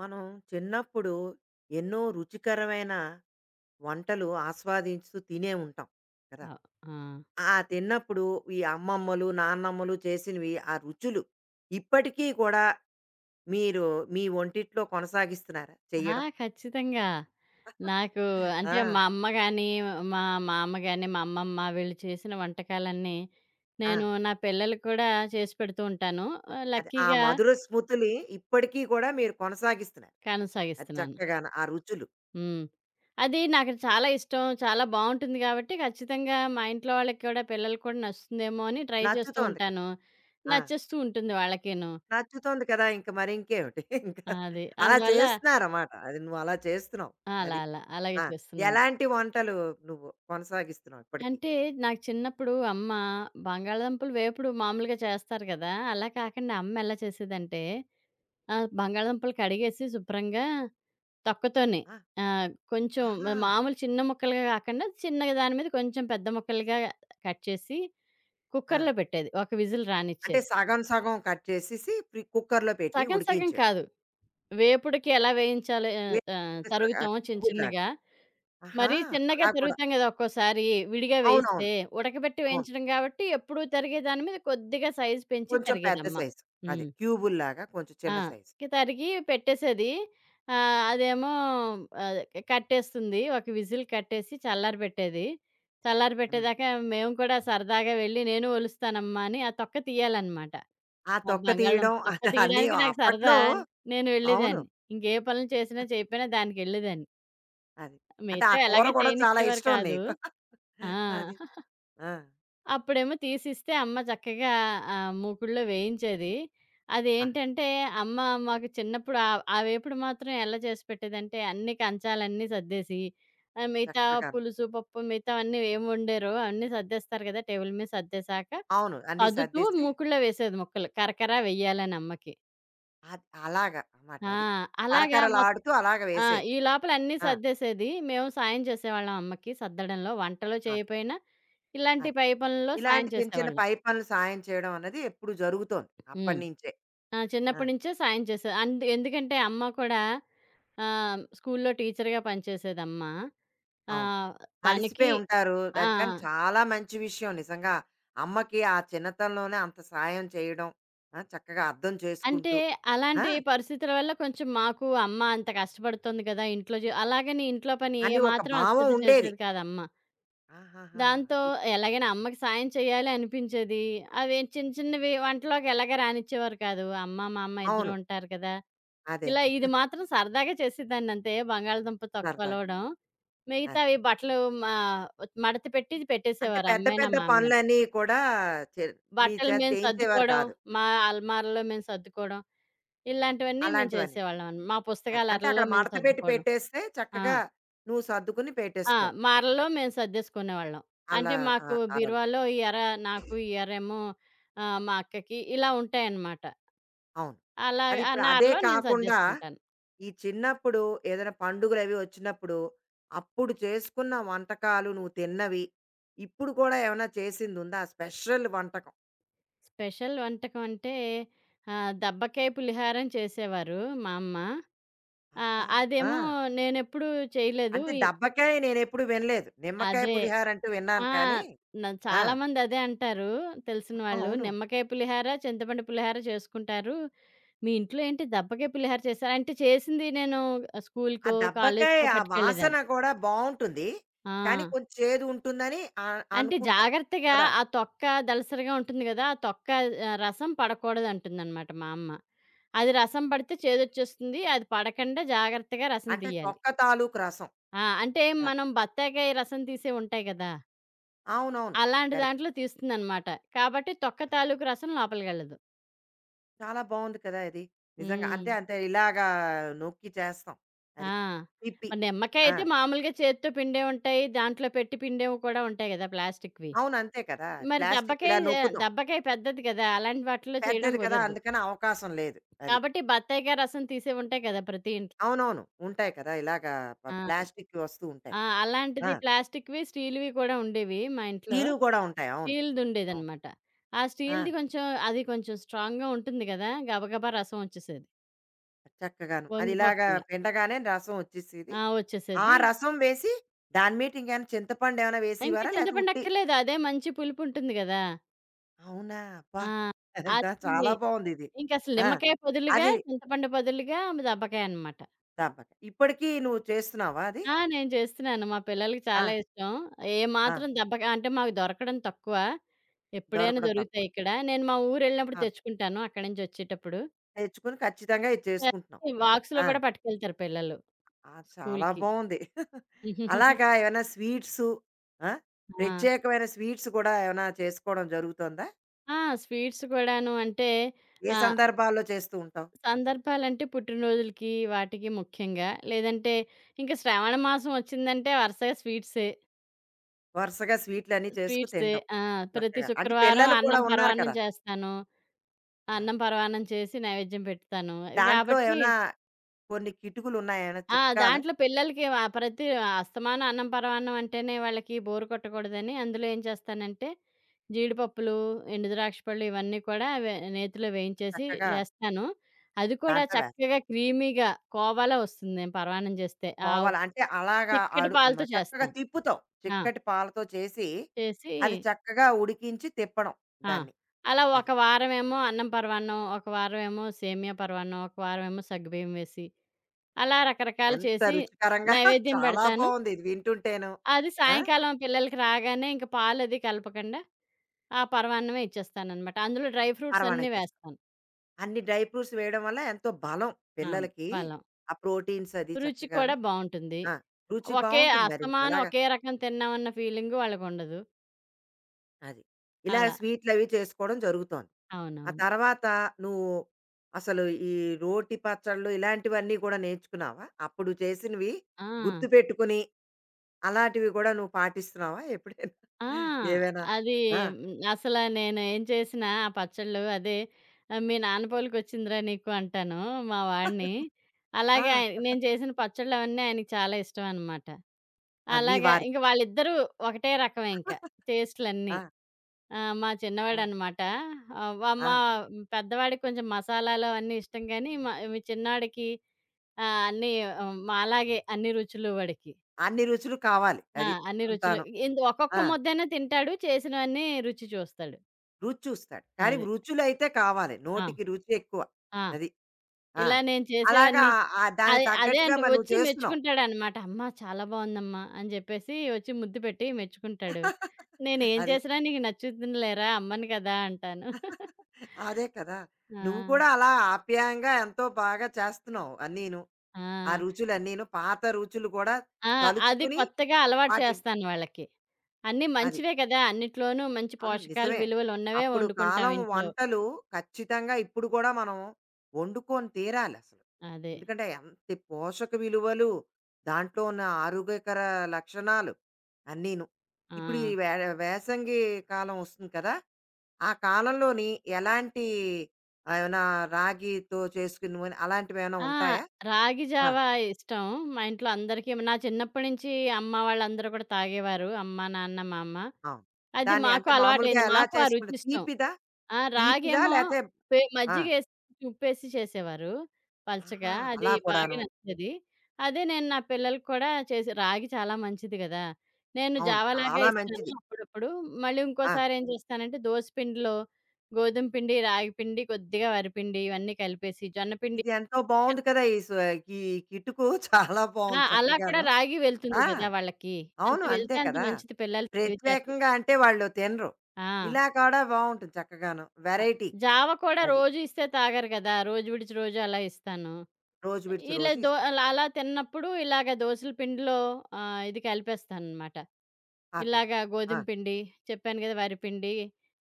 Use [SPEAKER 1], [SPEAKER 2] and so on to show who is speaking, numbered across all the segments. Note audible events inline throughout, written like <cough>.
[SPEAKER 1] మనం చిన్నప్పుడు ఎన్నో రుచికరమైన వంటలు ఆస్వాదించుతూ తినే ఉంటాం కదా?
[SPEAKER 2] అ ఆ!
[SPEAKER 1] ఆ తిన్నప్పుడు ఈ అమ్మమ్మలు నాన్నమ్మలు చేసినవి ఆ రుచులు ఇప్పటికీ కూడా మీరు మీ ఒంటిట్లో కొనసాగిస్తున్నారా
[SPEAKER 2] ఆ!
[SPEAKER 1] చెయ్యడం?
[SPEAKER 2] ఖచ్చితంగా. నాకు
[SPEAKER 1] ఆ,
[SPEAKER 2] అంటే మా అమ్మ గాని, మా మామ గాని, మా అమ్మమ్మ వీళ్ళు చేసిన వంటకాలన్నీ
[SPEAKER 1] ఆ,
[SPEAKER 2] నేను నా పిల్లలకి కూడా చేసి పెడుతూ ఉంటాను.
[SPEAKER 1] అది ఆ
[SPEAKER 2] లక్కీగా
[SPEAKER 1] మధుర స్మృతులు ఇప్పటికీ కూడా మీరు కొనసాగిస్తున్నారు. అది
[SPEAKER 2] కొనసాగిస్తున్నాను.
[SPEAKER 1] చక్కగా ఆ రుచులు.
[SPEAKER 2] హ్మ్. అది నాకు చాలా ఇష్టం. చాలా బావుంటుంది కాబట్టి ఖచ్చితంగా మా ఇంట్లో వాళ్ళకి కూడా, పిల్లలకి కూడా నచ్చుతుందేమో అని ట్రై చేస్తూ
[SPEAKER 1] నచ్చుతోంది కదా?
[SPEAKER 2] ఉంటాను. నచ్చేస్తూ ఉంటుంది వాళ్ళకీను.
[SPEAKER 1] నచ్చుతోంది కదా! ఇంక మరింకేమిటి <laughs> ఇంకా
[SPEAKER 2] అది.
[SPEAKER 1] అలా
[SPEAKER 2] అందువల్ల
[SPEAKER 1] చేస్తున్నారన్నమాట. అది నువ్వు అలా చేస్తున్నావు.
[SPEAKER 2] ఆ! అలా
[SPEAKER 1] అది.
[SPEAKER 2] అలా అలాగే
[SPEAKER 1] ఆ!
[SPEAKER 2] చేస్తున్నాను.
[SPEAKER 1] ఎలాంటి వంటలు నువ్వు కొనసాగిస్తున్నావు ఇప్పటికి?
[SPEAKER 2] అంటే నాకు చిన్నప్పుడు అమ్మ బంగాళదుంపలు వేపుడు మామూలుగా చేస్తారు కదా! అలా కాకుండా అమ్మ ఎలా చేసేదంటే, బంగాళదుంపలు కడిగేసి శుభ్రంగా తొక్కతోనే
[SPEAKER 1] ఆ!
[SPEAKER 2] కొంచెం
[SPEAKER 1] ఆహా!
[SPEAKER 2] మామూలు చిన్న ముక్కలుగా కాకుండా చిన్నగా దాని మీద కొంచెం పెద్ద ముక్కలుగా కట్ చేసి
[SPEAKER 1] ఆ!
[SPEAKER 2] కుక్కర్‌లో పెట్టేది. ఒక విజిల్
[SPEAKER 1] అంటే
[SPEAKER 2] రానిచ్చేది.
[SPEAKER 1] సగం సగం కట్ చేసేసి ప్రీ కుక్కర్‌లో పెట్టి
[SPEAKER 2] సగం సగం
[SPEAKER 1] ఉడికించడం.
[SPEAKER 2] కాదు. వేపుడుకి ఎలా వేయించాలి ఆహ్, ఆహ్,
[SPEAKER 1] వేపుడుకి
[SPEAKER 2] తరుగుతామో చిన్న
[SPEAKER 1] క్యూబుల్లాగా.
[SPEAKER 2] చిన్నగా,
[SPEAKER 1] ఆహా!
[SPEAKER 2] మరీ చిన్నగా
[SPEAKER 1] అలా కూడా.
[SPEAKER 2] తరుగుతాం గదా! ఒక్కోసారి విడిగా వేయిస్తే.
[SPEAKER 1] అవునవును.
[SPEAKER 2] ఉడకబెట్టి
[SPEAKER 1] అవును.
[SPEAKER 2] వేయించడం గాబట్టి ఎప్పుడు తరిగే దాని మీద కొద్దిగా సైజ్ పెంచి
[SPEAKER 1] కొంచెం పెద్ద
[SPEAKER 2] తరిగేదమ్మ.
[SPEAKER 1] సైజు. అదే
[SPEAKER 2] హ్మ్.
[SPEAKER 1] క్యూబుల్లాగా కొంచెం
[SPEAKER 2] ఆ!
[SPEAKER 1] చిన్న సైజు.
[SPEAKER 2] ఇక తరిగి పెట్టేసేది. అదేమో ఆహ్, కట్టేస్తుంది. ఒక విజిల్ కట్టేసి చల్లారబెట్టేది.
[SPEAKER 1] హ్మ్.
[SPEAKER 2] చల్లారబెట్టేదాకా మేము కూడా సరదాగా వెళ్లి నేను ఒలుస్తానమ్మా అని ఆ తొక్క తీయాలన్నమాట.
[SPEAKER 1] ఆ
[SPEAKER 2] ఆ
[SPEAKER 1] తొక్క తీయడం
[SPEAKER 2] బంగాళదుంప
[SPEAKER 1] <laughs>
[SPEAKER 2] తొక్క
[SPEAKER 1] అది అన్నీ
[SPEAKER 2] తీయడానికి నాకు
[SPEAKER 1] అప్పట్లో.
[SPEAKER 2] సరదా. నేను
[SPEAKER 1] అవును.
[SPEAKER 2] వెళ్ళేదాన్ని. ఇంకే పనులు చేసినా చేయకపోయినా దానికెళ్ళేదాన్ని.
[SPEAKER 1] అది. అంటే ఆ
[SPEAKER 2] మిగతావి
[SPEAKER 1] కూర
[SPEAKER 2] ఎలాగో
[SPEAKER 1] కూడా చాలా
[SPEAKER 2] చేయనిచ్చేవారు
[SPEAKER 1] ఇష్టం
[SPEAKER 2] కాదు.
[SPEAKER 1] నీకు.
[SPEAKER 2] ఆ!
[SPEAKER 1] అది. ఆ!
[SPEAKER 2] అప్పుడేమో తీసిస్తే అమ్మ చక్కగా మూకుడులో వేయించేది.
[SPEAKER 1] ఆ!
[SPEAKER 2] అదేంటంటే, అమ్మ మాకు చిన్నప్పుడు ఆ ఆ వేపుడు మాత్రం ఎలా చేసి పెట్టేదంటే, అన్ని కంచాలన్నీ సర్దేసి, మిగతా
[SPEAKER 1] చక్కగాను.
[SPEAKER 2] పులుసు, పప్పు మిగతావన్నీ ఏమి వండారో అన్నీ సర్దేస్తారు కదా! టేబుల్ మీద సర్దేశాక,
[SPEAKER 1] అవును. అన్నీ
[SPEAKER 2] సర్దుతూ
[SPEAKER 1] సర్దేసి
[SPEAKER 2] మూకుడులో వేసేది ముక్కలు. కరకర వెయ్యాలని అమ్మకి.
[SPEAKER 1] అది అలాగా అన్నమాట
[SPEAKER 2] ఆ!
[SPEAKER 1] అది.
[SPEAKER 2] అలాగా మొత్
[SPEAKER 1] కరకరలాడుతూ అలాగ
[SPEAKER 2] ఆ!
[SPEAKER 1] వేసేది.
[SPEAKER 2] ఈ లోపల అన్నీ
[SPEAKER 1] ఆ!
[SPEAKER 2] సర్దేసేది. మేము సాయం చేసేవాళ్ళం అమ్మకి సర్దడంలో. వంటలో
[SPEAKER 1] ఆ!
[SPEAKER 2] చేయపోయినా, ఇలాంటి
[SPEAKER 1] అది.
[SPEAKER 2] పై పనుల్లో సాయం
[SPEAKER 1] ఇలాంటి చిన్న చిన్న
[SPEAKER 2] చేసేవాళ్ళం.
[SPEAKER 1] పై పనులు సాయం చేయడం అన్నది ఎప్పుడు జరుగుతోంది
[SPEAKER 2] హ్మ్.
[SPEAKER 1] అప్పటినుంచే.
[SPEAKER 2] ఆ!
[SPEAKER 1] ఆ!
[SPEAKER 2] చిన్నప్పటి నుంచే సాయం చేసే ఎందుకంటే అమ్మ కూడా స్కూల్లో టీచర్‌గా పనిచేసేదమ్మ.
[SPEAKER 1] అవును.
[SPEAKER 2] ఆహ్, తనకి
[SPEAKER 1] అలిసిపోయి ఉంటారు.
[SPEAKER 2] ఆ!
[SPEAKER 1] అందుకని చాలా మంచి విషయం నిజంగా. అమ్మకి ఆ చిన్నతనంలోనే అంత సాయం చేయడం. ఆ! చక్కగా అర్థం
[SPEAKER 2] అంటే
[SPEAKER 1] చేసుకుంటూ. ఆ!
[SPEAKER 2] అలాంటి పరిస్థితుల వల్ల కొంచెం మాకు అమ్మ అంత కష్టపడుతోంది కదా! ఇంట్లో అలాగని ఇంట్లో పని
[SPEAKER 1] అని ఒక
[SPEAKER 2] ఏమాత్రం
[SPEAKER 1] భావం
[SPEAKER 2] అశ్రద్ధ
[SPEAKER 1] ఉండేది.
[SPEAKER 2] చేసేది కాదమ్మ.
[SPEAKER 1] ఆహాహా!
[SPEAKER 2] దాంతో
[SPEAKER 1] అది.
[SPEAKER 2] ఎలాగైనా అమ్మకి సాయం చేయాలి అనిపించేది. అవి చిన్న చిన్నవి వంటలోకి ఎలాగా రానిచ్చేవారు కాదు. అమ్మ, మా అమ్మ ఇద్దరు
[SPEAKER 1] అవును.
[SPEAKER 2] ఉంటారు కదా!
[SPEAKER 1] అదే.
[SPEAKER 2] ఇలా
[SPEAKER 1] అదే.
[SPEAKER 2] ఇది
[SPEAKER 1] <laughs>
[SPEAKER 2] మాత్రం సరదాగా చేసేదాన్నంతే. బంగాళదుంప
[SPEAKER 1] సరదాగా.
[SPEAKER 2] తొక్కలవడం.
[SPEAKER 1] అదే.
[SPEAKER 2] మిగతావి బట్టలు మా మడత పెట్టి ఇది
[SPEAKER 1] అంటే
[SPEAKER 2] పెట్టేసేవారు
[SPEAKER 1] పెద్ద
[SPEAKER 2] అమ్మాయి,
[SPEAKER 1] పెద్ద
[SPEAKER 2] మా అమ్మాయిని.
[SPEAKER 1] పనులన్నీ కూడా చే మీ
[SPEAKER 2] బట్టలు
[SPEAKER 1] చేత
[SPEAKER 2] మేము
[SPEAKER 1] చేయించేవారు
[SPEAKER 2] సర్దుకోవడం,
[SPEAKER 1] కాదు.
[SPEAKER 2] మా అల్మారాలో మేము సర్దుకోవడం. ఇలాంటివన్నీ మేము
[SPEAKER 1] అలాంటివన్నీ.
[SPEAKER 2] చేసేవాళ్ళం. మా
[SPEAKER 1] అది.
[SPEAKER 2] పుస్తకాల
[SPEAKER 1] అంటే అక్కడ
[SPEAKER 2] అరల్లో మేము
[SPEAKER 1] మడతపెట్టి
[SPEAKER 2] సర్దుకోవడం.
[SPEAKER 1] పెట్టేస్తే
[SPEAKER 2] ఆ!
[SPEAKER 1] చక్కగా నువ్వు సర్దుకుని
[SPEAKER 2] ఆ!
[SPEAKER 1] పెట్టేసుకోవడం
[SPEAKER 2] మా అరలో
[SPEAKER 1] చక్కగా.
[SPEAKER 2] మేము సర్దేసుకునేవాళ్ళం.
[SPEAKER 1] అలా.
[SPEAKER 2] అంటే
[SPEAKER 1] ఆ!
[SPEAKER 2] మాకు
[SPEAKER 1] అరలు.
[SPEAKER 2] బీరువాలో ఈ నాకు, ఈ అరేమో, మా అక్కకి ఇలా ఉంటాయన్నమాట.
[SPEAKER 1] అవును.
[SPEAKER 2] అలా
[SPEAKER 1] అది
[SPEAKER 2] ఆ
[SPEAKER 1] ఇప్పుడు
[SPEAKER 2] నా
[SPEAKER 1] అదే
[SPEAKER 2] అరలో నేను
[SPEAKER 1] కాకుండా
[SPEAKER 2] సర్దేసుకుంటాను.
[SPEAKER 1] ఈ చిన్నప్పుడు ఏదైనా పండుగలవి వచ్చినప్పుడు అప్పుడు చేసుకున్న వంటకాలు నువ్వు తిన్నవి, ఇప్పుడు కూడా ఏమైనా చేసిందుందా? స్పెషల్ వంటకం?
[SPEAKER 2] స్పెషల్ వంటకం అంటే దబ్బకాయ పులిహార అని చేసేవారు మా అమ్మ.
[SPEAKER 1] అబ్బా! ఆ!
[SPEAKER 2] అదేమో నేనెప్పుడూ చేయలేదు.
[SPEAKER 1] అంటే
[SPEAKER 2] ఈ
[SPEAKER 1] దబ్బకాయ నేనెప్పుడు వినలేదు. నిమ్మకాయ
[SPEAKER 2] అదే.
[SPEAKER 1] పులిహారంటూ విన్నాను
[SPEAKER 2] ఆ!
[SPEAKER 1] కానీ
[SPEAKER 2] న
[SPEAKER 1] ఆ!
[SPEAKER 2] చాలామంది అదే అంటారు తెలిసిన వాళ్ళు.
[SPEAKER 1] అవును.
[SPEAKER 2] నిమ్మకాయ పులిహార, చింతపండు పులిహార చేసుకుంటారు. మీ ఇంట్లో ఏంటి దబ్బకాయ పులిహార చేసారా? అంటే చేసింది నేను
[SPEAKER 1] ఆ
[SPEAKER 2] స్కూలుకో,
[SPEAKER 1] దబ్బకాయ
[SPEAKER 2] కాలేజీకో
[SPEAKER 1] ఆ వాసన
[SPEAKER 2] పట్టుకెళ్ళేదాన్ని.
[SPEAKER 1] కూడా బావుంటుంది.
[SPEAKER 2] ఆ!
[SPEAKER 1] కానీ కొంచెం చేదు ఉంటుందని
[SPEAKER 2] అంటే
[SPEAKER 1] అనుకుంటాను
[SPEAKER 2] జాగ్రత్తగా
[SPEAKER 1] కదా!
[SPEAKER 2] ఆ తొక్క దళసరిగా ఉంటుంది గదా! ఆ తొక్క రసం పడకూడదంటుందనమాట మా అమ్మ. అది రసం పడితే చేదొచ్చేస్తుంది. అది పడకండా జాగ్రత్తగా రసం
[SPEAKER 1] అంటే
[SPEAKER 2] తీయాలి.
[SPEAKER 1] తొక్క తాలూకు రసం
[SPEAKER 2] అంటే
[SPEAKER 1] అది.
[SPEAKER 2] మనం బత్తాకాయ రసం తీసేవి ఉంటాయి కదా!
[SPEAKER 1] అవునవును.
[SPEAKER 2] అలాంటి
[SPEAKER 1] కరెక్ట్.
[SPEAKER 2] దాంట్లో తీస్తుందనమాట. కాబట్టి తొక్క తాలూకు రసం లోపలికెళ్ళదు.
[SPEAKER 1] చాలా బావుంది కదా! ఇది. నిజంగా.
[SPEAKER 2] హ్మ్.
[SPEAKER 1] అంతే అంతే ఇలాగా నొక్కి చేస్తాం.
[SPEAKER 2] ఆ!
[SPEAKER 1] అది. తిప్పి.
[SPEAKER 2] మరి నిమ్మకాయ
[SPEAKER 1] ఆ!
[SPEAKER 2] అయితే మామూలుగా చేత్తో పిండేవుంటాయి. దాంట్లో పెట్టి పిండేవి కూడా ఉంటాయి కదా! ప్లాస్టిక్‌వి.
[SPEAKER 1] అవును. అంతే కదా!
[SPEAKER 2] మరి
[SPEAKER 1] ప్లాస్టిక్
[SPEAKER 2] దబ్బకాయ,
[SPEAKER 1] ఇలా నొక్కుతాం.
[SPEAKER 2] దబ్బకాయ పెద్దది కదా! అలాంటి వాటిల్లో చేయడం
[SPEAKER 1] పెద్దది కదా!
[SPEAKER 2] కుదరదు.
[SPEAKER 1] అందుకని అవకాశం లేదు. అది.
[SPEAKER 2] కాబట్టి బత్తాయికాయ రసం తీసేవుంటాయి కదా! ప్రతి ఇంట్లో.
[SPEAKER 1] అవునవును. ఉంటాయి కదా! ఇలాగా
[SPEAKER 2] ఆ!
[SPEAKER 1] ప్లాస్టిక్‌వి వస్తూ ఉంటాయి.
[SPEAKER 2] ఆ!
[SPEAKER 1] ఆ!
[SPEAKER 2] అలాంటిది ప్లాస్టిక్‌వి, స్టీల్‌వి కూడా ఉండేవి మా ఇంట్లో.
[SPEAKER 1] స్టీలువి కూడా ఉంటాయి. అవును. అవును.
[SPEAKER 2] స్టీల్‌దుండేదనమాట. ఆ
[SPEAKER 1] ఆ!
[SPEAKER 2] స్టీల్‌ది కొంచెం కొంచెం స్ట్రాంగ్‌గా ఉంటుంది గదా! గబగబా రసం వచ్చేసేది.
[SPEAKER 1] చక్కగాను. అదిలాగా
[SPEAKER 2] వంగిపోకుండా.
[SPEAKER 1] పిండగానే రసం వచ్చేసేది. ఆ
[SPEAKER 2] వచ్చేసేది.
[SPEAKER 1] రసం వేసి దాని మీట ఇంకేమైనా చింతపండు ఏమైనా
[SPEAKER 2] ఇంక
[SPEAKER 1] వేసేవారా? లేతే
[SPEAKER 2] చింతపండు
[SPEAKER 1] ఉట్టి
[SPEAKER 2] అక్కర్లేదు. అదే మంచి పులుపుంటుంది గదా!
[SPEAKER 1] అవునా! అబ్బా!
[SPEAKER 2] ఆ!
[SPEAKER 1] <laughs> దా
[SPEAKER 2] అది
[SPEAKER 1] చాలా బావుందిది.
[SPEAKER 2] ఇంకసలు
[SPEAKER 1] ఆ!
[SPEAKER 2] నిమ్మకాయ బదులుగా,
[SPEAKER 1] అది
[SPEAKER 2] చింతపండు బదులుగా దబ్బకాయ అనమాట.
[SPEAKER 1] దబ్బక. ఇప్పటికి నువ్వు చేస్తున్నావా అది?
[SPEAKER 2] నేను చేస్తున్నాను. మా పిల్లలకి
[SPEAKER 1] ఆ!
[SPEAKER 2] చాలా ఇష్టం.
[SPEAKER 1] ఆ!
[SPEAKER 2] ఏమాత్రం దబ్బకాయ అంటే మాకు దొరకడం తక్కువ. ఎప్పుడైనా
[SPEAKER 1] దొరకడం తక్కువ.
[SPEAKER 2] దొరుకుతాయి ఇక్కడ. నేను మా ఊరెళ్ళినప్పుడు
[SPEAKER 1] ఆ!
[SPEAKER 2] తెచ్చుకుంటాను అక్కడి నుంచి వచ్చేటప్పుడు.
[SPEAKER 1] తెచ్చుకొని ఖచ్చితంగా ఇది చేసుకుంటున్నావు.
[SPEAKER 2] లేకపోతే బాక్స్‌లో
[SPEAKER 1] ఆ!
[SPEAKER 2] గూడా పట్టుకెళ్తారు పిల్లలు
[SPEAKER 1] ఆ! చాలా
[SPEAKER 2] స్కూల్‌కి.
[SPEAKER 1] బావుంది. <laughs> అలాగా ఏమైనా స్వీట్సు ఆ!
[SPEAKER 2] ఆ!
[SPEAKER 1] ప్రత్యేకమైన స్వీట్స్ కూడా ఏమైనా చేసుకోవడం జరుగుతోందా?
[SPEAKER 2] ఆ! స్వీట్స్ కూడాను. అంటే
[SPEAKER 1] ఏ
[SPEAKER 2] ఆహ్,
[SPEAKER 1] సందర్భాల్లో చేస్తూ ఉంటావు అసలు?
[SPEAKER 2] సందర్భాలంటే పుట్టినరోజులకి, వాటికి ముఖ్యంగా. లేదంటే ఇంక శ్రావణ మాసం వచ్చిందంటే వరుసగా స్వీట్సే.
[SPEAKER 1] వరుసగా స్వీట్లన్నీ చేసుకు
[SPEAKER 2] స్వీట్సే.
[SPEAKER 1] తినడం.
[SPEAKER 2] ఆ! ప్రతి
[SPEAKER 1] చక్కగా. అంటే
[SPEAKER 2] శుక్రవారం
[SPEAKER 1] పిల్లలు కూడా
[SPEAKER 2] అన్నం
[SPEAKER 1] ఉన్నారు
[SPEAKER 2] పరమాన్నం
[SPEAKER 1] కదా!
[SPEAKER 2] చేస్తాను.
[SPEAKER 1] ఆ!
[SPEAKER 2] అన్నం పరమాన్నం చేసి నైవేద్యం పెడతాను.
[SPEAKER 1] దాంట్లో
[SPEAKER 2] కాబట్టి
[SPEAKER 1] ఏమైనా కొన్ని కిటుకులున్నాయా? ఏమైనా చిట్కాలు?
[SPEAKER 2] దాంట్లో పిల్లలకి వ ప్రతి అస్తమానం అన్నం, పరమాన్నం అంటేనే వాళ్ళకి బోర్ కొట్టకూడదని అందులో ఏం చేస్తానంటే, జీడిపప్పులు, ఎండు ద్రాక్ష పళ్ళు ఇవన్నీ కూడా నేతిలో వేయించేసి
[SPEAKER 1] చక్కగా
[SPEAKER 2] చేస్తాను. అది కూడా
[SPEAKER 1] దాంట్లో వేస్తా.
[SPEAKER 2] చక్కగా క్రీమీగా కోవాలా వస్తుంది నేను పరమాన్నం చేస్తే. ఆవ్
[SPEAKER 1] పోవాలి అంటే అలాగా
[SPEAKER 2] చిక్కటి
[SPEAKER 1] అడు మ
[SPEAKER 2] పాలతో
[SPEAKER 1] చక్కగా
[SPEAKER 2] చేస్తాను.
[SPEAKER 1] తిప్పుతాం.
[SPEAKER 2] ఆ!
[SPEAKER 1] చిక్కటి పాలతో చేసి,
[SPEAKER 2] చేసి
[SPEAKER 1] అది చక్కగా ఉడికించి తిప్పడం
[SPEAKER 2] ఆ!
[SPEAKER 1] దాన్ని.
[SPEAKER 2] అలా
[SPEAKER 1] అది.
[SPEAKER 2] ఒక వారమేమో అన్నం పరమాన్నం, ఒక వారమేమో సేమియా పరమాన్నం, ఒక వారమేమో సగ్గుబియ్యం వేసి, అలా
[SPEAKER 1] ఆ!
[SPEAKER 2] రకరకాలు
[SPEAKER 1] ఎంత
[SPEAKER 2] చేసి
[SPEAKER 1] రుచికరంగా <laughs>
[SPEAKER 2] నైవేద్యం
[SPEAKER 1] చాలా
[SPEAKER 2] పెడతాను.
[SPEAKER 1] బావుంది ఇది వింటుంటేను.
[SPEAKER 2] అది
[SPEAKER 1] ఆ!
[SPEAKER 2] సాయంకాలం పిల్లలకి రాగానే ఇంక పాలది కలపకండా, ఆ పరమాన్నమే ఇచ్చేస్తాననమాట. అందులో డ్రై ఫ్రూట్స్ అన్నీ
[SPEAKER 1] పరమాన్నిచ్చేస్తాం.
[SPEAKER 2] వేస్తాను.
[SPEAKER 1] అన్ని డ్రై ఫ్రూట్స్ వేయడం వల్ల ఎంతో బలం
[SPEAKER 2] ఆ!
[SPEAKER 1] పిల్లలకి.
[SPEAKER 2] బలం.
[SPEAKER 1] ఆ ప్రోటీన్స్ అది
[SPEAKER 2] రుచి కూడా
[SPEAKER 1] చక్కగాను.
[SPEAKER 2] బావుంటుంది.
[SPEAKER 1] ఆ! రుచి
[SPEAKER 2] ఒకే
[SPEAKER 1] బావుంటుంది మరింక
[SPEAKER 2] అస్తమానం
[SPEAKER 1] అలాగా.
[SPEAKER 2] ఒకే రకం తిన్నామన్న ఫీలింగు వాళ్ళకుండదు.
[SPEAKER 1] అది. ఇలా
[SPEAKER 2] అలా.
[SPEAKER 1] స్వీట్లవి చేసుకోవడం జరుగుతోంది. ఆ
[SPEAKER 2] అవునవును.
[SPEAKER 1] తర్వాత నువ్వు అసలు ఈ రోటి పచ్చళ్ళు ఇలాంటివన్నీ కూడా నేర్చుకున్నావా? అప్పుడు చేసినవి
[SPEAKER 2] ఆ!
[SPEAKER 1] గుర్తుపెట్టుకుని అలాంటివి కూడా నువ్వు పాటిస్తున్నావా ఎప్పుడైనా?
[SPEAKER 2] ఆ!
[SPEAKER 1] <laughs> ఏవైనా?
[SPEAKER 2] అది
[SPEAKER 1] ఆ!
[SPEAKER 2] హ్మ్, నేను ఏం చేసినా ఆ పచ్చళ్ళు అదే, "మీ నాన్న పోలికొచ్చిందిరా నీకు" అంటాను మా వాడిని. అలాగే
[SPEAKER 1] ఆ!
[SPEAKER 2] నేను చేసిన పచ్చళ్ళవన్నీ ఆయనకి చాలా ఇష్టమనమాట.
[SPEAKER 1] ఆ! మీ
[SPEAKER 2] అలాగా.
[SPEAKER 1] వారికి.
[SPEAKER 2] ఇంక వాళ్ళిద్దరూ ఒకటే రకమే ఇంక టేస్ట్‌లన్నీ.
[SPEAKER 1] ఆ!
[SPEAKER 2] మా
[SPEAKER 1] ఆ!
[SPEAKER 2] చిన్నవాడనమాట. ఆహ్, వ
[SPEAKER 1] ఆ!
[SPEAKER 2] మా పెద్దవాడికి కొంచెం మసాలాలు అవన్నీ ఇష్టం గానీ, మీ చిన్నవాడికి ఆహ్, అన్నీ మాలాగే అన్ని రుచులు వాడికి.
[SPEAKER 1] అన్ని రుచులు కావాలి. అది
[SPEAKER 2] అన్ని రుచులు.
[SPEAKER 1] అంతాను.
[SPEAKER 2] ఇందు ఒక్కొక్క
[SPEAKER 1] ఆ!
[SPEAKER 2] ముద్దైనా తింటాడు. చేసినవన్నీ రుచి చూస్తాడు.
[SPEAKER 1] రుచి చూస్తాడు. కానీ
[SPEAKER 2] అది.
[SPEAKER 1] రుచులైతే కావాలి.
[SPEAKER 2] ఆ!
[SPEAKER 1] నోటికి రుచి ఎక్కువ.
[SPEAKER 2] ఆ!
[SPEAKER 1] అది. ఆ!
[SPEAKER 2] ఇలా నేను
[SPEAKER 1] అలాగా
[SPEAKER 2] చేసేవన్నీ
[SPEAKER 1] దానికి
[SPEAKER 2] అదే అదే
[SPEAKER 1] తగ్గట్టుగా
[SPEAKER 2] అండి.
[SPEAKER 1] మరి నువ్వు
[SPEAKER 2] వచ్చి
[SPEAKER 1] చేస్తున్నావు.
[SPEAKER 2] మెచ్చుకుంటాడనమాట. "అమ్మ చాలా బావుందమ్మా" అని జెప్పేసి వచ్చి ముద్దు పెట్టి మెచ్చుకుంటాడు.
[SPEAKER 1] <laughs>
[SPEAKER 2] నేనేం
[SPEAKER 1] అది.
[SPEAKER 2] చేసినా నీకు నచ్చుతుందిలేరా అమ్మను కదా! అంటాను. <laughs>
[SPEAKER 1] అదే కదా!
[SPEAKER 2] ఆ!
[SPEAKER 1] నువ్వు కూడా అలా ఆప్యాయంగా ఎంతో బాగా చేస్తున్నావు అన్నీను.
[SPEAKER 2] ఆ!
[SPEAKER 1] ఆ రుచులన్నీను. పాత రుచులు కూడా
[SPEAKER 2] ఆ! అది
[SPEAKER 1] తలుచుకుని
[SPEAKER 2] కొత్తగా అలవాటు
[SPEAKER 1] వాటిని
[SPEAKER 2] చేస్తాను వాళ్ళకి. అన్నీ
[SPEAKER 1] అది.
[SPEAKER 2] మంచివే కదా! అన్నిట్లోనూ మంచి
[SPEAKER 1] అవును.
[SPEAKER 2] పోషకాలు
[SPEAKER 1] నిజమే.
[SPEAKER 2] విలువలున్నవే
[SPEAKER 1] అప్పుడు
[SPEAKER 2] వండుకుంటాం
[SPEAKER 1] కాలం
[SPEAKER 2] ఇంట్లో.
[SPEAKER 1] వంటలు ఖచ్చితంగా ఇప్పుడు కూడా మనం వండుకొని తీరాలసలు.
[SPEAKER 2] అదే.
[SPEAKER 1] ఎందుకంటే అంత పోషక విలువలు, దాంట్లో ఉన్న ఆరోగ్యకర లక్షణాలు అన్నీను.
[SPEAKER 2] ఆ!
[SPEAKER 1] ఇప్పుడు ఈ వే వేసంగి కాలం వస్తుంది కదా! ఆ కాలంలోని ఎలాంటి ఏమైనా రాగితో చేసుకున్నవని అలాంటివేమైనా
[SPEAKER 2] ఆ!
[SPEAKER 1] ఉంటాయా?
[SPEAKER 2] రాగి
[SPEAKER 1] ఆ!
[SPEAKER 2] జావా ఇష్టం. మా ఇంట్లో అందరికీ నా చిన్నప్పటి నుంచి అమ్మ వాళ్ళందరూ కూడా తాగేవారు. అమ్మ, నాన్న, మా అమ్మ.
[SPEAKER 1] అవును.
[SPEAKER 2] అది
[SPEAKER 1] దాన్ని
[SPEAKER 2] మాకు
[SPEAKER 1] అంటే మామూలుగా
[SPEAKER 2] అలవాటయింది.
[SPEAKER 1] ఎలా
[SPEAKER 2] మాకు ఆ
[SPEAKER 1] చేసుకుంటారు?
[SPEAKER 2] రుచిష్టం.
[SPEAKER 1] తీపిదా? తీపిదా
[SPEAKER 2] రాగేమో
[SPEAKER 1] లేతే ఆ!
[SPEAKER 2] మజ్జిగేసి, ఉప్పేసి చేసేవారు
[SPEAKER 1] ఆహా!
[SPEAKER 2] పలచగా. అది
[SPEAKER 1] అలా
[SPEAKER 2] బాగా
[SPEAKER 1] కూడాను.
[SPEAKER 2] నచ్చేది. అదే నేను నా పిల్లలకి కూడా చేసి రాగి చాలా మంచిది గదా! నేను
[SPEAKER 1] అవును.
[SPEAKER 2] జావలాగా
[SPEAKER 1] చాలా
[SPEAKER 2] ఇస్తాను
[SPEAKER 1] మంచిది.
[SPEAKER 2] అప్పుడప్పుడు. మళ్ళీ
[SPEAKER 1] ఆ!
[SPEAKER 2] ఇంకోసారేం చేస్తానంటే, దోస పిండిలో గోధుమ పిండి, రాగి పిండి, కొద్దిగా వరిపిండి ఇవన్నీ కలిపేసి జొన్న పిండి.
[SPEAKER 1] ఇది ఎంతో బావుంది కదా! ఈ సు ఈ కిటుకు <laughs> చాలా బావుంది
[SPEAKER 2] అలా కూడా
[SPEAKER 1] చక్కగాను.
[SPEAKER 2] రాగి వెళ్తుంది
[SPEAKER 1] ఆ!
[SPEAKER 2] గదా! వాళ్ళకి. ఎంత
[SPEAKER 1] అవును. అంతే
[SPEAKER 2] వెళ్తే అంత
[SPEAKER 1] కదా!
[SPEAKER 2] మంచిది పిల్లల తెలివితేటలు.
[SPEAKER 1] ప్రత్యేకంగా అంటే వాళ్ళు తినరు.
[SPEAKER 2] ఆ!
[SPEAKER 1] ఇలా కూడా బావుంటుంది చక్కగాను.
[SPEAKER 2] ఆ!
[SPEAKER 1] వెరైటీ
[SPEAKER 2] జావ కూడా
[SPEAKER 1] అది.
[SPEAKER 2] రోజు ఇస్తే తాగరు గదా! రోజు విడిచి రోజు అలా ఇస్తాను.
[SPEAKER 1] రోజు విడిచి
[SPEAKER 2] ఇలా
[SPEAKER 1] రోజు
[SPEAKER 2] దో
[SPEAKER 1] ఇస్తాం.
[SPEAKER 2] అలా అలా తిన్నప్పుడు ఇలాగ దోసల పిండిలో ఇది కలిపేస్తాననమాట.
[SPEAKER 1] ఆ
[SPEAKER 2] ఇలాగ
[SPEAKER 1] పిండి. ఆ!
[SPEAKER 2] గోధుమ పిండి, చెప్పాను గదా! వరిపిండి,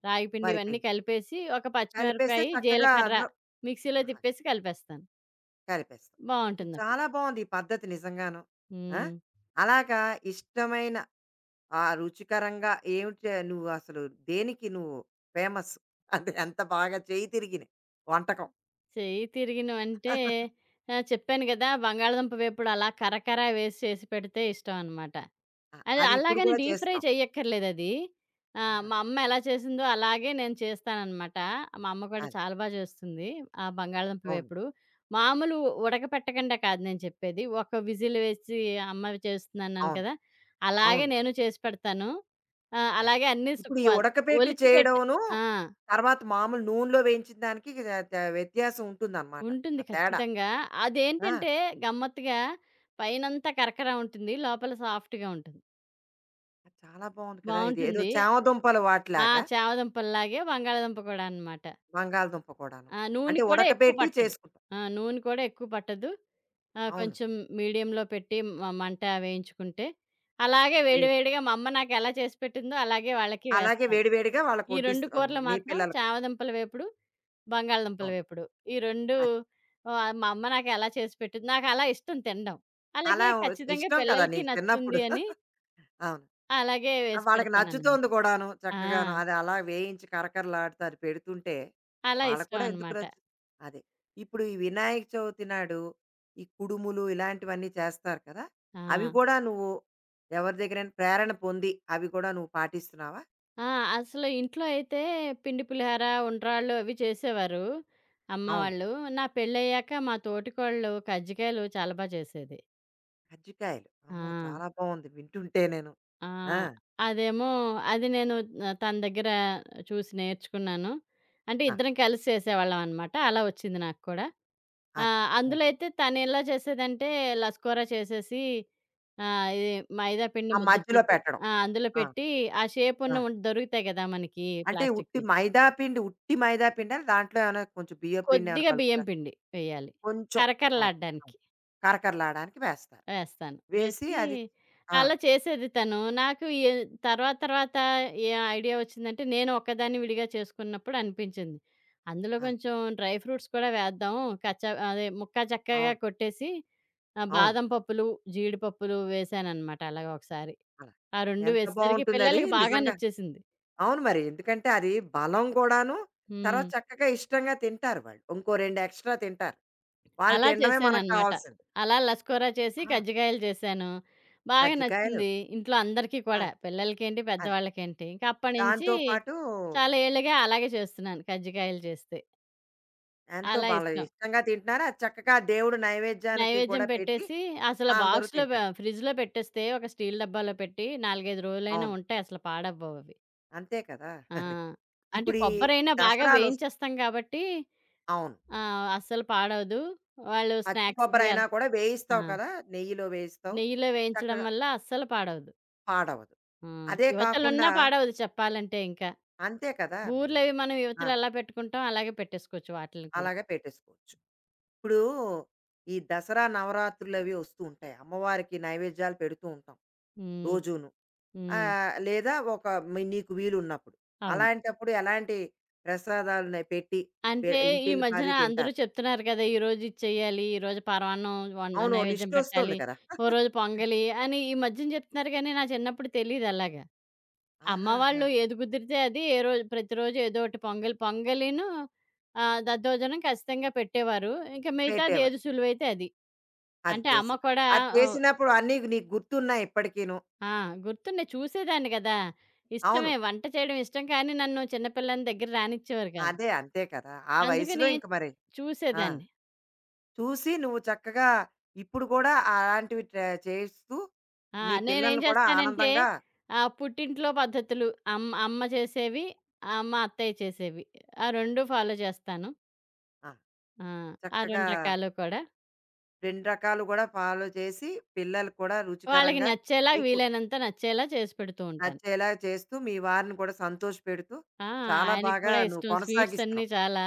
[SPEAKER 2] రాగి పిండి
[SPEAKER 1] వరి
[SPEAKER 2] ఇవన్నీ
[SPEAKER 1] పిండి.
[SPEAKER 2] కలిపేసి ఒక
[SPEAKER 1] కలిపేస్తే
[SPEAKER 2] పచ్చిమిరపకాయ,
[SPEAKER 1] చక్కగా
[SPEAKER 2] జీలకర్ర
[SPEAKER 1] అందులో
[SPEAKER 2] మిక్సీలో
[SPEAKER 1] ఆహా!
[SPEAKER 2] తిప్పేసి కలిపేస్తాను.
[SPEAKER 1] కలిపేస్తాం. ఇది
[SPEAKER 2] బావుంటుందప్పుడు.
[SPEAKER 1] చాలా బావుంది ఈ పద్ధతి నిజంగాను. ఆ!
[SPEAKER 2] హ్మ్.
[SPEAKER 1] అలాగా ఇష్టమైన ఆ రుచికరంగా ఏమిటి నువ్వు అసలు దేనికి నువ్వు ఫేమస్? అంటే ఎంత బాగా చేయి తిరిగిన వంటకం.
[SPEAKER 2] చెయ్యి తిరిగినవంటే చెప్పాను గదా! బంగాళాదుంప వేపుడు అలా కరకర వేసి చేసి పెడితే ఇష్టం అనమాట.
[SPEAKER 1] ఆ!
[SPEAKER 2] అది
[SPEAKER 1] అది ఇప్పుడు
[SPEAKER 2] అలాగని
[SPEAKER 1] కూడా
[SPEAKER 2] డీప్ ఫ్రై
[SPEAKER 1] చేస్తున్నావు.
[SPEAKER 2] చెయ్యక్కర్లేదది.
[SPEAKER 1] ఆహా!
[SPEAKER 2] మా అమ్మ ఎలా చేసిందో అలాగే నేను చేస్తాననమాట. మా అమ్మ కూడా
[SPEAKER 1] అది.
[SPEAKER 2] చాలా బా చేస్తుంది. ఆ బంగాళదుంప
[SPEAKER 1] అవును.
[SPEAKER 2] వేపుడు. మామూలు ఉడకపెట్టకుండా కాదు నేను చెప్పేది. ఒక విజిల్ వేసి అమ్మ చేస్తుందన్నాను
[SPEAKER 1] అవును.
[SPEAKER 2] కదా! అలాగే
[SPEAKER 1] అవును.
[SPEAKER 2] నేను చేసి పెడతాను. ఆహ్,
[SPEAKER 1] అదే.
[SPEAKER 2] అలాగే అన్నీ సు
[SPEAKER 1] ఇప్పుడు ఈ
[SPEAKER 2] వ
[SPEAKER 1] ఉడకపెట్టి
[SPEAKER 2] ఒలిచి పెట్
[SPEAKER 1] చేయడంను,
[SPEAKER 2] ఆ!
[SPEAKER 1] తర్వాత మామూలు నూనెలో వేయించిన దానికి త త వ్యత్యాసం ఉంటుందనమాట. ఆ
[SPEAKER 2] ఉంటుంది
[SPEAKER 1] తేడా.
[SPEAKER 2] ఖచ్చితంగా.
[SPEAKER 1] ఆ!
[SPEAKER 2] అదేంటంటే గమ్మత్తుగా పైనంతా కరకర ఉంటుంది. లోపల సాఫ్ట్‌గా ఉంటుంది.
[SPEAKER 1] అది చాలా బావుంది కదా! ఇది ఏదో
[SPEAKER 2] బావుంటుంది.
[SPEAKER 1] చామదుంపలు వాటిలాగా
[SPEAKER 2] చామదుంపల్లాగే బంగాళాదుంప కూడా అనమాట.
[SPEAKER 1] బంగాళదుంప కూడాను.
[SPEAKER 2] నూనె
[SPEAKER 1] అంటే
[SPEAKER 2] కూడా ఎక్కువ
[SPEAKER 1] ఉడకబెట్టి
[SPEAKER 2] పట్టదు.
[SPEAKER 1] చేసుకుంటాం.
[SPEAKER 2] ఆ! నూనె కూడా ఎక్కువ పట్టదు. ఆహ్,
[SPEAKER 1] అవును.
[SPEAKER 2] కొంచెం మీడియంలో పెట్టి మంట వేయించుకుంటే, అలాగే
[SPEAKER 1] వే
[SPEAKER 2] వేడి వేడిగా మా అమ్మ నాకెలా చేసి పెట్టిందో అలాగే వాళ్ళకి
[SPEAKER 1] అలాగే
[SPEAKER 2] వేస్తాను.
[SPEAKER 1] వేడి వేడిగా వాళ్ళకి
[SPEAKER 2] ఈ 2
[SPEAKER 1] వడ్డిస్తున్నావు.
[SPEAKER 2] కూరలు
[SPEAKER 1] నీ
[SPEAKER 2] మాత్రం
[SPEAKER 1] పిల్లలకు.
[SPEAKER 2] చామదుంపల వేపుడు, బంగాళదుంపల
[SPEAKER 1] అవును.
[SPEAKER 2] వేపుడు. ఈ 2
[SPEAKER 1] అదే.
[SPEAKER 2] ఆహ్, మా అమ్మ నాకెలా చేసి పెట్టింది నాకలా ఇష్టం తినడం.
[SPEAKER 1] అలా
[SPEAKER 2] అలాగే ఖచ్చితంగా
[SPEAKER 1] ఇష్టం కదా
[SPEAKER 2] పిల్లలకి
[SPEAKER 1] నీకు
[SPEAKER 2] నచ్చుతుంది
[SPEAKER 1] చిన్నప్పుడు.
[SPEAKER 2] అని
[SPEAKER 1] అవును.
[SPEAKER 2] అలాగే
[SPEAKER 1] ఆ
[SPEAKER 2] వేసి
[SPEAKER 1] వాళ్ళకి
[SPEAKER 2] పెడతాననమాట.
[SPEAKER 1] నచ్చుతోంది కూడాను
[SPEAKER 2] ఆ!
[SPEAKER 1] చక్కగాను. అది అలా వేయించి కరకరలాడుతారు పెడుతుంటే,
[SPEAKER 2] అలా
[SPEAKER 1] వాళ్ళకి
[SPEAKER 2] ఇష్టం
[SPEAKER 1] కూడా ఎందుకు
[SPEAKER 2] అనమాట.
[SPEAKER 1] నచ్చు అదే. ఇప్పుడు ఈ వినాయక చవితి నాడు ఈ కుడుములు ఇలాంటివన్నీ చేస్తారు కదా!
[SPEAKER 2] ఆ!
[SPEAKER 1] అవి కూడా నువ్వు ఎవరి దగ్గరైనా ప్రేరణ పొంది అవి కూడా నువ్వు పాటిస్తున్నావా?
[SPEAKER 2] ఆ! అసలు ఇంట్లో అయితే పిండి పులిహార, ఉండ్రాళ్ళు అవి చేసేవారు అమ్మ
[SPEAKER 1] అవును.
[SPEAKER 2] వాళ్ళు. నా పెళ్ళయ్యాక మా తోటికోడలు కజ్జికాయలు చాలా బా చేసేది.
[SPEAKER 1] కజ్జికాయలు.
[SPEAKER 2] ఆ!
[SPEAKER 1] అమ్మో! చాలా బావుంది వింటుంటే నేను.
[SPEAKER 2] ఆ!
[SPEAKER 1] ఆ!
[SPEAKER 2] అదేమో అది నేను తన దగ్గర చూసి నేర్చుకున్నాను. అంటే
[SPEAKER 1] ఆ!
[SPEAKER 2] ఇద్దరం కలిసి చేసేవాళ్ళం అనమాట. అలా వచ్చింది నాకు కూడా. ఆ!
[SPEAKER 1] అది.
[SPEAKER 2] అందులో అయితే తనెలా చేసేదంటే లస్కూర చేసేసి, ఆహ్, ఇది మైదా పిండి
[SPEAKER 1] ఆ
[SPEAKER 2] ముద్ద
[SPEAKER 1] మధ్యలో
[SPEAKER 2] చేసి
[SPEAKER 1] పెట్టడం.
[SPEAKER 2] అందులో
[SPEAKER 1] ఆ!
[SPEAKER 2] పెట్టి ఆ
[SPEAKER 1] ఆ!
[SPEAKER 2] షేపున్న ఉం దొరుకుతాయి కదా! మనకి
[SPEAKER 1] అంటే ఉట్టి
[SPEAKER 2] ప్లాస్టిక్‌వి.
[SPEAKER 1] మైదా పిండి, ఉట్టి మైదా పిండా? దాంట్లో ఏమైనా కొంచెం బియ్యం పిండి ఏమైనా
[SPEAKER 2] కొద్దిగా బియ్యం
[SPEAKER 1] కలుపుతారా?
[SPEAKER 2] పిండి వేయాలి.
[SPEAKER 1] కొంచెం. అది. అవును.
[SPEAKER 2] కరకరలాడ్డానికి
[SPEAKER 1] కరకరలాడడానికి వేస్తారు.
[SPEAKER 2] వేస్తాను.
[SPEAKER 1] వేసి అది ఆ!
[SPEAKER 2] అలా చేసేది తను. నాకు ఎ తర్వాత తర్వాత ఏ ఐడియా వచ్చిందంటే, నేను ఒక్కదాన్ని విడిగా చేసుకున్నప్పుడు అనిపించింది. అందులో
[SPEAKER 1] అది.
[SPEAKER 2] కొంచెం డ్రై ఫ్రూట్స్ కూడా వేద్దాం. కచ్చా అదే ముక్కా చక్కగా
[SPEAKER 1] అవును.
[SPEAKER 2] కొట్టేసి,
[SPEAKER 1] అవును.
[SPEAKER 2] బాదం పప్పులు, జీడిపప్పులు వేశాననమాట అలాగా ఒకసారి.
[SPEAKER 1] అలా.
[SPEAKER 2] ఆ 2
[SPEAKER 1] ఎంత
[SPEAKER 2] వేసేసరికి
[SPEAKER 1] బావుంటుందది
[SPEAKER 2] పిల్లలకి బాగా
[SPEAKER 1] నిజంగా.
[SPEAKER 2] నచ్చేసింది.
[SPEAKER 1] అవును మరి. ఎందుకంటే అది బలం గూడాను. తర్వాత
[SPEAKER 2] హ్మ్.
[SPEAKER 1] చక్కగా ఇష్టంగా తింటారు వాళ్ళు. ఇంకో 2 ఎక్స్‌ట్రా తింటారు. వాళ్ళు
[SPEAKER 2] అలా
[SPEAKER 1] తినడమే మనకు
[SPEAKER 2] చేశాననమాట.
[SPEAKER 1] కావాల్సింది.
[SPEAKER 2] అలా లస్కూర చేసి
[SPEAKER 1] ఆ!
[SPEAKER 2] కజ్జికాయలు చేశాను. బాగా
[SPEAKER 1] కజ్జికాయలు.
[SPEAKER 2] నచ్చింది. ఇంట్లో అందరికీ
[SPEAKER 1] ఆ!
[SPEAKER 2] కూడా. పిల్లలకేంటి,
[SPEAKER 1] అది.
[SPEAKER 2] పెద్దవాళ్ళకేంటి. ఇంకా అప్పటినుంచి
[SPEAKER 1] దాంతో పాటు
[SPEAKER 2] చాలా ఏళ్ళుగా అలాగే చేస్తున్నాను కజ్జికాయలు చేస్తే.
[SPEAKER 1] ఎంతో
[SPEAKER 2] అలా
[SPEAKER 1] వాళ్ళు
[SPEAKER 2] ఇష్టం.
[SPEAKER 1] ఇష్టంగా తింటున్నారు. అది చక్కగా దేవుడు నైవేద్యానికి
[SPEAKER 2] నైవేద్యం
[SPEAKER 1] కూడా పెట్టి
[SPEAKER 2] పెట్టేసి అసలు
[SPEAKER 1] ఆ, అందరూ
[SPEAKER 2] బాక్స్‌లో
[SPEAKER 1] తింటారు.
[SPEAKER 2] ఫ్రిడ్జ్‌లో పెట్టేస్తే ఒక స్టీల్ డబ్బాలో పెట్టి 4, 5 రోజులైనా
[SPEAKER 1] అవును.
[SPEAKER 2] ఉంటాయి. అసలు పాడవ్వవవి.
[SPEAKER 1] అంతే కదా!
[SPEAKER 2] ఆ!
[SPEAKER 1] అది.
[SPEAKER 2] అంటే
[SPEAKER 1] ఇప్పుడు ఈ
[SPEAKER 2] కొబ్బరైనా బాగా
[SPEAKER 1] దసరాలొస్
[SPEAKER 2] వేయించేస్తాం కాబట్టి
[SPEAKER 1] అవును.
[SPEAKER 2] అస్సలు పాడవదు. వాళ్ళు
[SPEAKER 1] పచ్చి
[SPEAKER 2] స్నాక్స్‌కి
[SPEAKER 1] కొబ్బరైనా
[SPEAKER 2] అలా
[SPEAKER 1] కూడా
[SPEAKER 2] ఆ!
[SPEAKER 1] వేయిస్తావు కదా! నెయ్యిలో వేయిస్తావు.
[SPEAKER 2] నెయ్యిలో వేయించడం
[SPEAKER 1] చక్కగా
[SPEAKER 2] వల్ల అస్సలు పాడవదు.
[SPEAKER 1] పాడవదు. అదే
[SPEAKER 2] యువతలున్నా
[SPEAKER 1] కాకుండా
[SPEAKER 2] పాడవదు చెప్పాలంటే ఇంకా.
[SPEAKER 1] అంతే కదా! మరి.
[SPEAKER 2] బూర్లవి మనం
[SPEAKER 1] ఆ!
[SPEAKER 2] యువతలు ఎలా పెట్టుకుంటాం అలాగే పెట్టేసుకోవచ్చు వాటిల్ని కూడా.
[SPEAKER 1] అలాగే పెట్టేసుకోవచ్చు. ఇప్పుడు ఈ దసరా, నవరాత్రులవి ఒస్తూ ఉంటాయి. అమ్మవారికి నైవేద్యాలు పెడుతూ ఉంటాం
[SPEAKER 2] హ్మ్.
[SPEAKER 1] రోజూను.
[SPEAKER 2] హ్మ్.
[SPEAKER 1] లేదా ఒక మీ నీకు వీలున్నప్పుడు.
[SPEAKER 2] అవును.
[SPEAKER 1] అలాంటప్పుడు ఎలాంటి ప్రసాదాలున్నాయి పెట్టి పె
[SPEAKER 2] అంటే ఈ
[SPEAKER 1] ఇంటిల్లిపాది
[SPEAKER 2] మధ్యన అందరూ
[SPEAKER 1] తింటారు.
[SPEAKER 2] చెప్తున్నారు కదా! ఈరోజు ఇది చెయ్యాలి, ఈరోజు పరమాన్నం
[SPEAKER 1] అవును. ఓ
[SPEAKER 2] నైవేద్యం
[SPEAKER 1] లిస్ట్ వస్తుంది
[SPEAKER 2] పెట్టాలి,
[SPEAKER 1] కదా!
[SPEAKER 2] ఓ రోజు పొంగలి అని ఈ మధ్యన చెప్తున్నారు గానీ, నా చిన్నప్పుడు తెలీదు అలాగా. అమ్మ
[SPEAKER 1] ఆహాహా!
[SPEAKER 2] వాళ్ళు ఏది కుదిరితే అది ఏ రోజు ప్రతిరోజు ఏదో ఒకటి పొంగలి, దద్దోజనం ఖచ్చితంగా పెట్టేవారు. ఇంక మిగతాది
[SPEAKER 1] పెట్టేవారు.
[SPEAKER 2] ఏది సులువైతే అది.
[SPEAKER 1] అది
[SPEAKER 2] అంటే అమ్మ
[SPEAKER 1] చేసేవారు.
[SPEAKER 2] కూడా
[SPEAKER 1] అది
[SPEAKER 2] ఓ
[SPEAKER 1] చేసినప్పుడు అన్నీ నీకు గుర్తున్నాయి ఇప్పటికీను.
[SPEAKER 2] ఆ! గుర్తున్నాయి. చూసేదాన్ని గదా!
[SPEAKER 1] అవును.
[SPEAKER 2] ఇష్టమే. వంట చేయడం ఇష్టం కానీ నన్ను చిన్నపిల్లని దగ్గర రానిచ్చేవారు కాదు.
[SPEAKER 1] అదే అంతే కదా! ఆ వయసులో
[SPEAKER 2] అందుకని
[SPEAKER 1] ఇంక మరి ఆ!
[SPEAKER 2] చూసేదాన్ని.
[SPEAKER 1] చూసి నువ్వు చక్కగా ఇప్పుడు కూడా అలాంటివి ట్ర చేస్తూ
[SPEAKER 2] ఆ!
[SPEAKER 1] నీ
[SPEAKER 2] నేనేం
[SPEAKER 1] పిల్లల్ని కూడా
[SPEAKER 2] చేస్తానంటే
[SPEAKER 1] ఆనందంగా
[SPEAKER 2] పుట్టింట్లో పద్ధతులు అమ్మ అమ్మ చేసేవి, మా అత్తయ్య చేసేవి. ఆ 2 ఫాలో చేస్తాను.
[SPEAKER 1] ఆ!
[SPEAKER 2] ఆ! ఆ
[SPEAKER 1] చక్కగా
[SPEAKER 2] 2 రకాలు కూడా.
[SPEAKER 1] 2 రకాలు కూడా ఫాలో చేసి పిల్లలకి కూడా
[SPEAKER 2] వాళ్ళకి
[SPEAKER 1] రుచికరంగా
[SPEAKER 2] నచ్చేలా
[SPEAKER 1] నీకు
[SPEAKER 2] వీలైనంత నచ్చేలా చేసి పెడుతూ ఉంటాను.
[SPEAKER 1] నచ్చేలా చేస్తూ మీ వారిని కూడా సంతోషపెడుతూ
[SPEAKER 2] ఆ!
[SPEAKER 1] చాలా
[SPEAKER 2] ఆయనకి
[SPEAKER 1] బాగా
[SPEAKER 2] కూడా
[SPEAKER 1] నువ్వు
[SPEAKER 2] ఇష్టం స్వీట్స్ అన్నీ
[SPEAKER 1] కొనసాగిస్తున్నావు.
[SPEAKER 2] చాలా.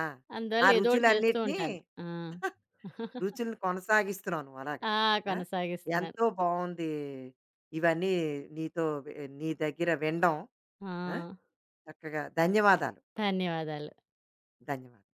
[SPEAKER 1] ఆ! ఆ
[SPEAKER 2] అందువల్ల ఏదోకటి చేస్తూ
[SPEAKER 1] రుచులన్నిటిని
[SPEAKER 2] ఉంటాను. ఆ!
[SPEAKER 1] <laughs>
[SPEAKER 2] <laughs>
[SPEAKER 1] రుచులను కొనసాగిస్తున్నావు నువ్వు అలాగా.
[SPEAKER 2] ఆ!
[SPEAKER 1] ఆ!
[SPEAKER 2] కొనసాగిస్తున్నాను.
[SPEAKER 1] ఎంతో బావుంది ఇవన్నీ నీతో నీ దగ్గర వినడం.
[SPEAKER 2] ఆ!
[SPEAKER 1] ఆ! చక్కగా ధన్యవాదాలు.
[SPEAKER 2] ధన్యవాదాలు.
[SPEAKER 1] ధన్యవాదాలు.